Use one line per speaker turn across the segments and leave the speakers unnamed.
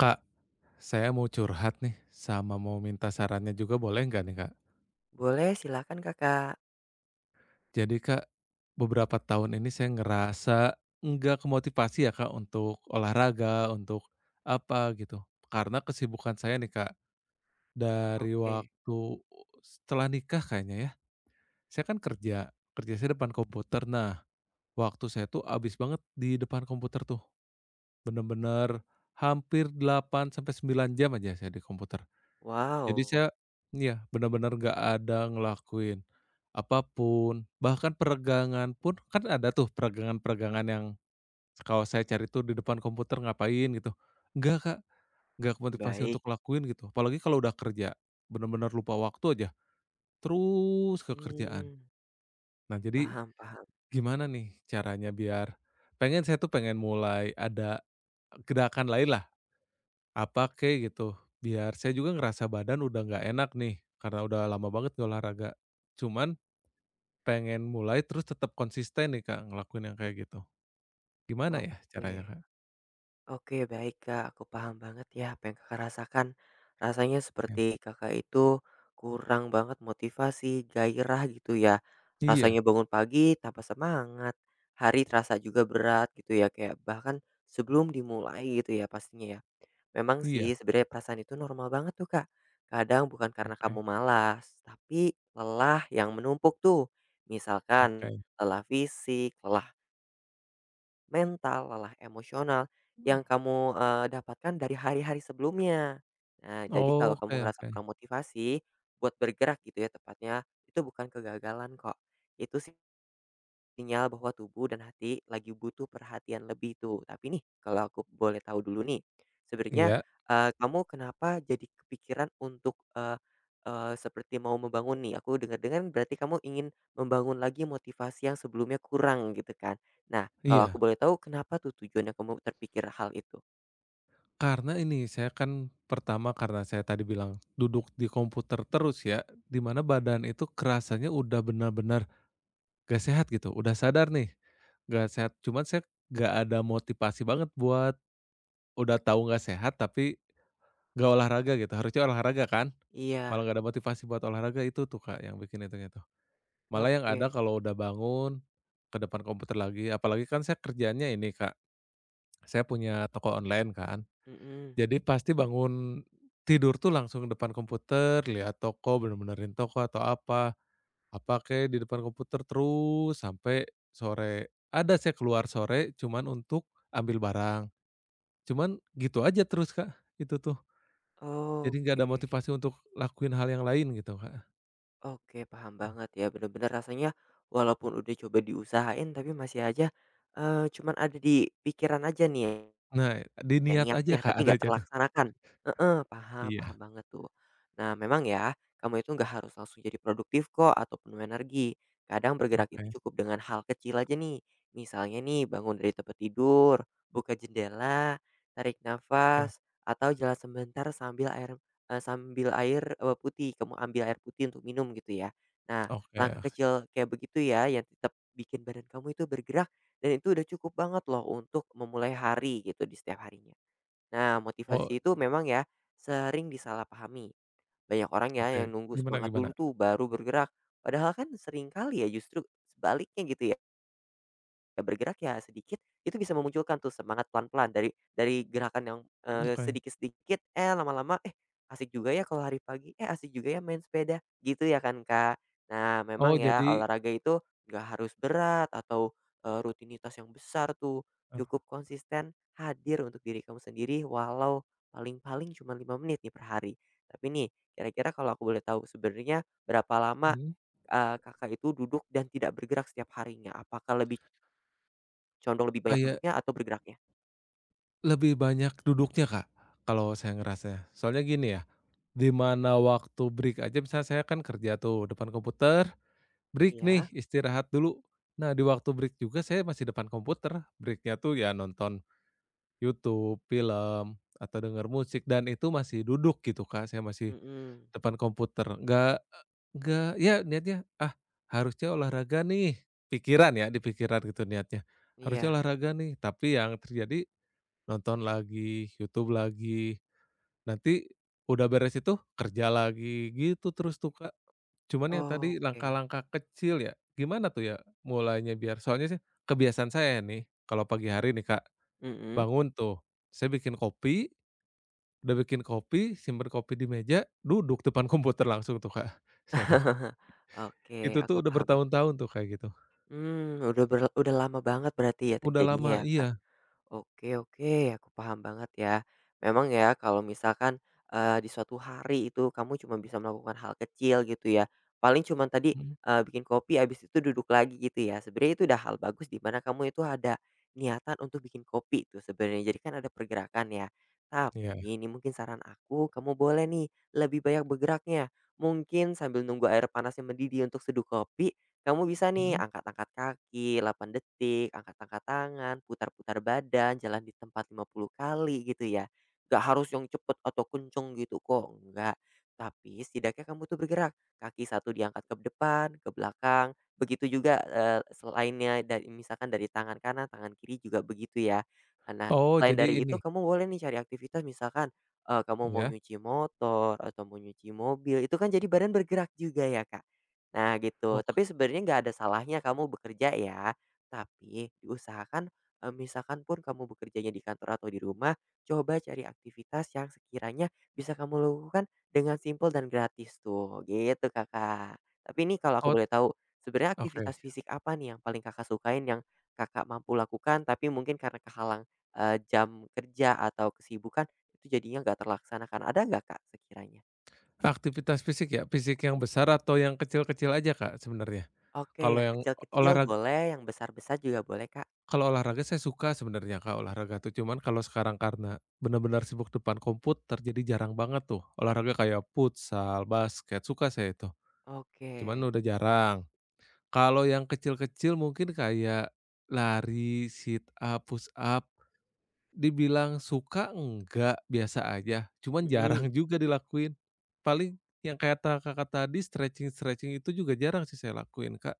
Kak, saya mau curhat nih sama mau minta sarannya juga boleh nggak nih Kak?
Boleh, silakan Kakak.
Jadi Kak, beberapa tahun ini saya ngerasa nggak kemotivasi ya Kak untuk olahraga, untuk apa gitu. Karena kesibukan saya nih Kak, dari
Oke.
waktu setelah nikah kayaknya ya, saya kan kerja, kerja saya depan komputer. Nah, waktu saya tuh abis banget di depan komputer tuh. Bener-bener hampir 8 sampai 9 jam aja saya di komputer. Jadi saya,
Wow,
iya, benar-benar nggak ada ngelakuin apapun, bahkan peregangan pun kan ada tuh peregangan-peregangan yang kalau saya cari tuh di depan komputer ngapain gitu, nggak Kak, nggak kemotivasi
baik.
untuk ngelakuin gitu, apalagi kalau udah kerja, benar-benar lupa waktu aja, terus ke kerjaan.
Mmm,
Nah jadi
paham paham.
gimana nih caranya biar pengen saya tuh pengen mulai ada gerakan lain lah. Apa kek gitu, biar saya juga ngerasa badan udah nggak enak nih, karena udah lama banget nggak olahraga. Cuman pengen mulai terus tetap konsisten nih, Kak, ngelakuin yang kayak gitu. Gimana ya caranya,
Oke.
Kak?
Oke, baik Kak, aku paham banget ya apa yang Kakak rasakan. Rasanya
Ya.
seperti Kakak itu kurang banget motivasi, gairah gitu ya.
Iya
Rasanya bangun pagi tanpa semangat, hari terasa juga berat gitu ya, kayak bahkan sebelum dimulai gitu ya pastinya ya. Memang
iya,
sih sebenarnya perasaan itu normal banget tuh, Kak. Kadang bukan karena
oke
kamu malas, tapi lelah yang menumpuk tuh. Misalkan
oke.
lelah fisik, lelah mental, lelah emosional yang kamu, dapatkan dari hari-hari sebelumnya. Nah, jadi kalau
Oke
kamu ngerasa
oke.
kurang motivasi buat bergerak gitu ya tepatnya, itu bukan kegagalan kok. Itu sih sinyal bahwa tubuh dan hati lagi butuh perhatian lebih tuh. Tapi nih, kalau aku boleh tahu dulu nih, sebenarnya,
Iya
kamu kenapa jadi kepikiran untuk, eee eee, seperti mau membangun nih? Aku dengar-dengar berarti kamu ingin membangun lagi motivasi yang sebelumnya kurang gitu kan. Nah, kalau aku
iya.
boleh tahu kenapa tuh tujuannya kamu terpikir hal itu?
Karena ini, saya kan pertama karena saya tadi bilang duduk di komputer terus ya, di mana badan itu kerasanya udah benar-benar gak sehat gitu, udah sadar nih, gak sehat, cuman saya gak ada motivasi banget buat udah tahu gak sehat tapi gak olahraga gitu, harusnya olahraga kan,
Iya,
malah gak ada motivasi buat olahraga itu tuh Kak yang bikin itunya tuh. Malah yang ada
oke.
kalau udah bangun, ke depan komputer lagi, apalagi kan saya kerjanya ini Kak, saya punya toko online kan,
Mhm,
jadi pasti bangun tidur tuh langsung depan komputer, lihat toko, bener-benerin toko atau apa. Apa kayak di depan komputer terus sampai sore. Ada saya keluar sore cuman untuk ambil barang, cuman gitu aja terus, Kak, itu tuh. Jadi nggak ada
oke.
motivasi untuk lakuin hal yang lain gitu, Kak.
Oke, paham banget ya, bener-bener rasanya walaupun udah coba diusahain tapi masih aja, cuman ada di pikiran aja nih ya.
Nah, di
Ya
niat aja,
niatnya,
Kak,
tapi nggak
adanya tuh.
terlaksanakan. Heeh, paham paham
Iya,
banget tuh. Nah memang ya, kamu itu nggak harus langsung jadi produktif kok atau penuh energi. Kadang bergerak
oke
itu cukup dengan hal kecil aja nih. Misalnya nih bangun dari tempat tidur, buka jendela, tarik
oke
nafas, atau jalan sebentar sambil air putih, kamu ambil air putih untuk minum gitu ya. Nah, langkah
oke.
kecil kayak begitu ya yang tetap bikin badan kamu itu bergerak dan itu udah cukup banget loh untuk memulai hari gitu di setiap harinya. Nah,
Oh,
motivasi itu memang ya sering disalahpahami. Banyak orang ya
oke.
yang nunggu
Gimana
semangat
gimana?
dulu tuh baru bergerak. Padahal kan seringkali ya justru sebaliknya gitu ya ya bergerak ya sedikit, itu bisa memunculkan tuh semangat pelan-pelan dari gerakan yang,
Oke.
sedikit-sedikit, eh, lama-lama, eh, asik juga ya kalau hari pagi, eh, asik juga ya main sepeda, gitu ya kan, Kak. Nah,
Oh,
memang ya
jadi
olahraga itu nggak harus berat atau, rutinitas yang besar tuh,
apa?
cukup konsisten hadir untuk diri kamu sendiri walau paling-paling cuma 5 menit nih per hari. Tapi nih, kira-kira kalau aku boleh tahu sebenarnya berapa lama,
Mhm.
Kakak itu duduk dan tidak bergerak setiap harinya? Apakah lebih condong lebih banyak
Kayak
duduknya atau bergeraknya?
lebih banyak duduknya, Kak, kalau saya ngerasanya. Soalnya gini ya, di mana waktu break aja misalnya saya kan kerja tuh depan komputer, break nih
Iya,
istirahat dulu. Nah, di waktu break juga saya masih depan komputer, breaknya tuh ya nonton YouTube, film, atau denger musik dan itu masih duduk gitu, Kak, saya masih
mhm,
depan komputer. Nggak ya niatnya, "Ah, harusnya olahraga nih." Pikiran ya, di pikiran gitu niatnya, "Harusnya
iya,
olahraga nih." Tapi yang terjadi nonton lagi, YouTube lagi, nanti udah beres itu kerja lagi, gitu terus tuh, Kak. Cuman yang tadi
oke,
langkah-langkah kecil ya, gimana tuh ya mulainya biar soalnya sih kebiasaan saya nih kalau pagi hari nih, Kak,
mhm.
bangun tuh, saya bikin kopi, udah bikin kopi, simpen kopi di meja, duduk depan komputer langsung tuh, Kak, saya tuh.
Oke,
Itu
aku
tuh udah
paham, Bang.
bertahun-tahun tuh kayak gitu.
Udah udah lama banget berarti ya
Udah
terjadinya
lama
ya, Kak?
iya,
Oke oke, aku paham banget ya. Memang ya kalau misalkan, di suatu hari itu kamu cuma bisa melakukan hal kecil gitu ya, paling cuma tadi,
mhm,
bikin kopi habis itu duduk lagi gitu ya. Sebenarnya itu udah hal bagus di mana kamu itu ada niatan untuk bikin kopi itu sebenarnya, jadi kan ada pergerakan ya.
iya,
Tapi ini mungkin saran aku, kamu boleh nih lebih banyak bergeraknya. Mungkin sambil nunggu air panasnya mendidih untuk seduh kopi, kamu bisa nih
mhm.
angkat-angkat kaki 8 detik, angkat-angkat tangan, putar-putar badan, jalan di tempat 50 kali gitu ya. Gak harus yang cepet atau kenceng gitu kok, enggak. Tapi setidaknya kamu tuh bergerak. Kaki satu diangkat ke depan, ke belakang. Begitu juga eh, selainnya dari misalkan dari tangan kanan, tangan kiri juga begitu ya. Nah,
Oh
selain
jadi
dari
ini,
itu kamu boleh nih cari aktivitas misalkan eh, kamu mau
ya
nyuci motor atau mau nyuci mobil, itu kan jadi badan bergerak juga ya, Kak. Nah gitu,
Ok
tapi sebenarnya nggak ada salahnya kamu bekerja ya, tapi diusahakan, misalkan pun kamu bekerjanya di kantor atau di rumah, coba cari aktivitas yang sekiranya bisa kamu lakukan dengan simpel dan gratis tuh, gitu Kakak. Tapi ini kalau aku
ot
boleh tahu, sebenarnya aktivitas
oke.
fisik apa nih yang paling Kakak sukain, yang Kakak mampu lakukan tapi mungkin karena kehalang, jam kerja atau kesibukan, itu jadinya nggak terlaksanakan, ada nggak Kak sekiranya?
Aktivitas fisik ya? Fisik yang besar atau yang kecil-kecil aja, Kak, sebenarnya?
Oke,
Kalau
yang
yang
kecil-kecil
olahraga,
boleh, yang besar-besar juga boleh Kak.
kalau olahraga saya suka sebenarnya, Kak, olahraga tuh, cuman kalau sekarang karena benar-benar sibuk depan komputer, jadi jarang banget tuh olahraga kayak futsal, basket, suka saya itu,
Oke,
cuman udah jarang. Kalau yang kecil-kecil mungkin kayak lari, sit up, push up. Dibilang suka enggak, biasa aja, cuman
mhm,
jarang juga dilakuin. Paling yang kata Kakak tadi stretching-stretching itu juga jarang sih saya lakuin, Kak.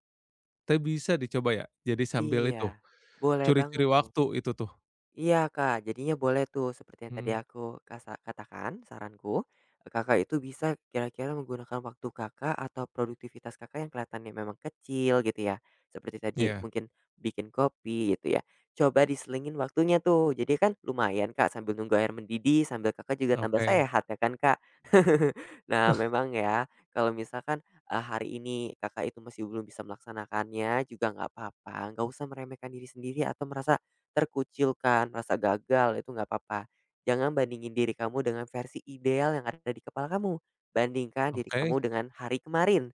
Tapi bisa dicoba ya, jadi sambil
iya,
itu,
boleh
curi-curi
banget tuh.
waktu itu tuh.
Iya, Kak, jadinya boleh tuh seperti yang tadi
Mhm,
aku kasa katakan saranku, Kakak itu bisa kira-kira menggunakan waktu Kakak atau produktivitas Kakak yang kelihatannya memang kecil gitu ya, seperti tadi
iya,
mungkin bikin kopi gitu ya, coba diselingin waktunya tuh. Jadi kan lumayan, Kak, sambil nunggu air mendidih, sambil Kakak juga tambah
oke,
sehat ya kan, Kak. Nah, memang ya kalau misalkan, hari ini Kakak itu masih belum bisa melaksanakannya juga nggak apa-apa, nggak usah meremehkan diri sendiri atau merasa terkucilkan, rasa gagal itu nggak apa-apa. Jangan bandingin diri kamu dengan versi ideal yang ada di kepala kamu, bandingkan diri
oke.
kamu dengan hari kemarin.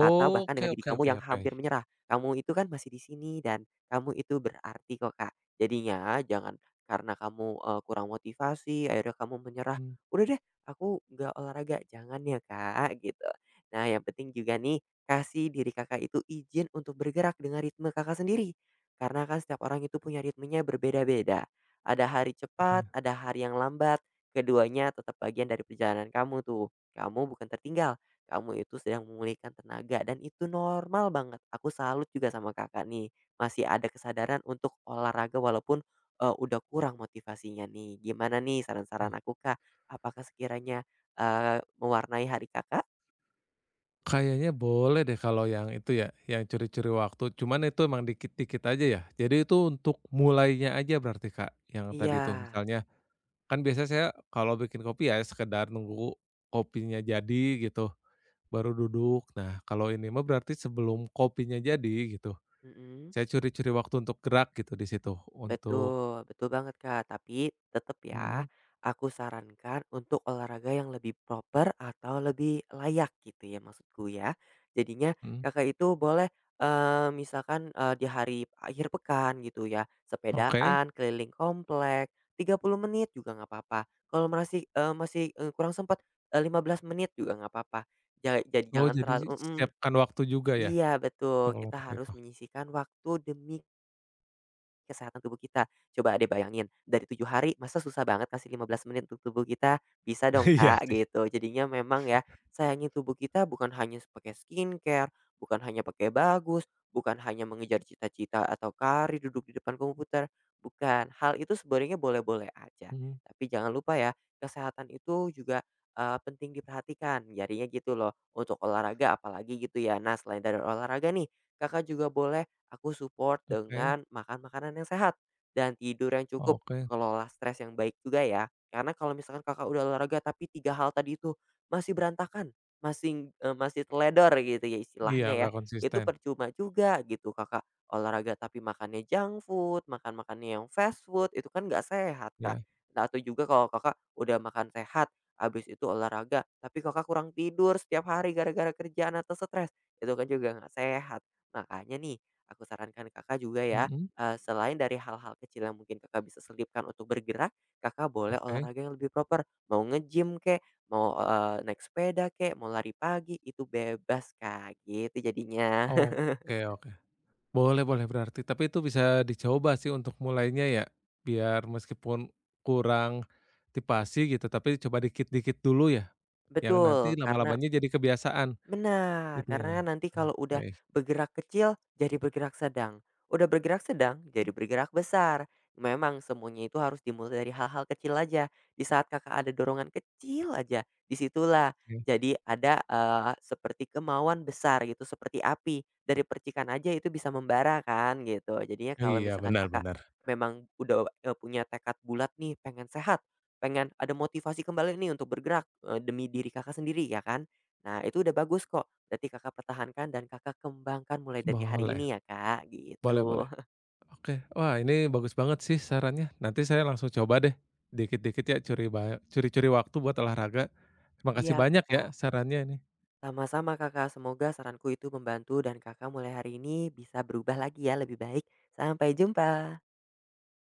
Atau bahkan dengan diri
oke
kamu
oke
yang
oke.
hampir menyerah. Kamu itu kan masih di sini dan kamu itu berarti kok, Kak. Jadinya jangan karena kamu, kurang motivasi akhirnya kamu menyerah,
Mmm,
"Udah deh aku nggak olahraga." Jangan ya, Kak, gitu. Nah yang penting juga nih, kasih diri Kakak itu izin untuk bergerak dengan ritme Kakak sendiri. Karena kan setiap orang itu punya ritmenya berbeda-beda. Ada hari
oke oke.
cepat, ada hari yang lambat, keduanya tetap bagian dari perjalanan kamu tuh. Kamu bukan tertinggal. Kamu itu sedang memulihkan tenaga dan itu normal banget. Aku salut juga sama Kakak nih, masih ada kesadaran untuk olahraga walaupun, udah kurang motivasinya nih. Gimana nih saran-saran aku, Kak? Apakah sekiranya, mewarnai hari Kakak?
Kayaknya boleh deh kalau yang itu ya, yang curi-curi waktu, cuman itu emang dikit-dikit aja ya? Jadi itu untuk mulainya aja berarti, Kak, yang tadi tuh
Iya,
misalnya kan biasanya saya kalau bikin kopi ya sekedar nunggu kopinya jadi gitu, baru duduk. Nah, kalau ini mah berarti sebelum kopinya jadi gitu,
mhm.
saya curi-curi waktu untuk gerak gitu di situ, untuk
Betul, betul banget Kak, tapi tetap ya,
mhm
aku sarankan untuk olahraga yang lebih proper atau lebih layak gitu ya maksudku ya. Jadinya
mhm,
Kakak itu boleh, misalkan di hari akhir pekan gitu ya,
oke.
sepedaan keliling komplek, 30 menit juga nggak apa-apa. Kalau masih, kurang sempat, eh, 15 menit juga nggak apa-apa. Jadi
Oh
jangan
jadi
terlalu mhm,
siapkan waktu juga ya
iya betul,
untuk
kita
olahraga
harus
itu?
menyisihkan waktu demi kesehatan tubuh kita. Coba deh bayangin, dari 7 hari masa susah banget kasih 15 menit untuk tubuh kita? Bisa dong,
Iya
Kak,
sih,
gitu. Jadinya memang ya, sayangi tubuh kita bukan hanya pakai skincare, bukan hanya pakai bagus, bukan hanya mengejar cita-cita atau karir duduk di depan komputer, bukan. Hal itu sebenarnya boleh-boleh aja.
mhm,
Tapi jangan lupa ya, kesehatan itu juga, penting diperhatikan. Jadinya gitu loh, untuk olahraga apalagi gitu ya. Nah, selain dari olahraga nih, Kakak juga boleh aku support
oke
dengan makan makanan yang sehat dan tidur yang cukup,
oke.
kelola stres yang baik juga ya. Karena kalau misalkan Kakak udah olahraga tapi 3 hal tadi itu masih berantakan, masih, teledor gitu ya
Iya
istilahnya ya,
nggak
itu
konsisten,
percuma juga gitu Kakak olahraga tapi makannya junk food, makan-makannya yang fast food, itu kan nggak sehat, Kak.
iya,
Atau juga kalau Kakak udah makan sehat, habis itu olahraga, tapi Kakak kurang tidur setiap hari gara-gara kerjaan atau stres, itu kan juga nggak sehat. Makanya nih, aku sarankan Kakak juga ya,
mhm,
selain dari hal-hal kecil yang mungkin Kakak bisa selipkan untuk bergerak, Kakak boleh
oke,
olahraga yang lebih proper. Mau nge-gym kek, mau, naik sepeda kek, mau lari pagi, itu bebas, Kak, gitu jadinya.
oke oke. Boleh boleh berarti, tapi itu bisa dicoba sih untuk mulainya ya, biar meskipun kurang motivasi gitu, tapi coba dikit-dikit dulu ya, yang nanti
Betul, karena
lama-lamanya jadi kebiasaan
benar, karena kan
gitunya.
nanti kalau udah
Oke,
bergerak kecil jadi bergerak sedang, udah bergerak sedang jadi bergerak besar. Memang semuanya itu harus dimulai dari hal-hal kecil aja. Di saat Kakak ada dorongan kecil aja, disitulah
oke.
jadi ada, seperti kemauan besar gitu, seperti api, dari percikan aja itu bisa membara kan gitu. Jadinya kalau
Iya,
misalkan
benar
Kakak
benar.
memang udah, punya tekad bulat nih pengen sehat, pengen ada motivasi kembali nih untuk bergerak, demi diri Kakak sendiri ya kan? Nah, itu udah bagus kok, berarti Kakak pertahankan dan Kakak kembangkan mulai dari hari
Boleh
ini ya, Kak,
boleh boleh.
gitu.
Oke, wah ini bagus banget sih sarannya, nanti saya langsung coba deh, dikit-dikit ya curi-curi waktu buat olahraga. Terima kasih
Iya,
banyak ya
Kakak.
sarannya ini.
Sama-sama, Kakak. Semoga saranku itu membantu dan Kakak mulai hari ini bisa berubah lagi ya, lebih baik. Sampai jumpa.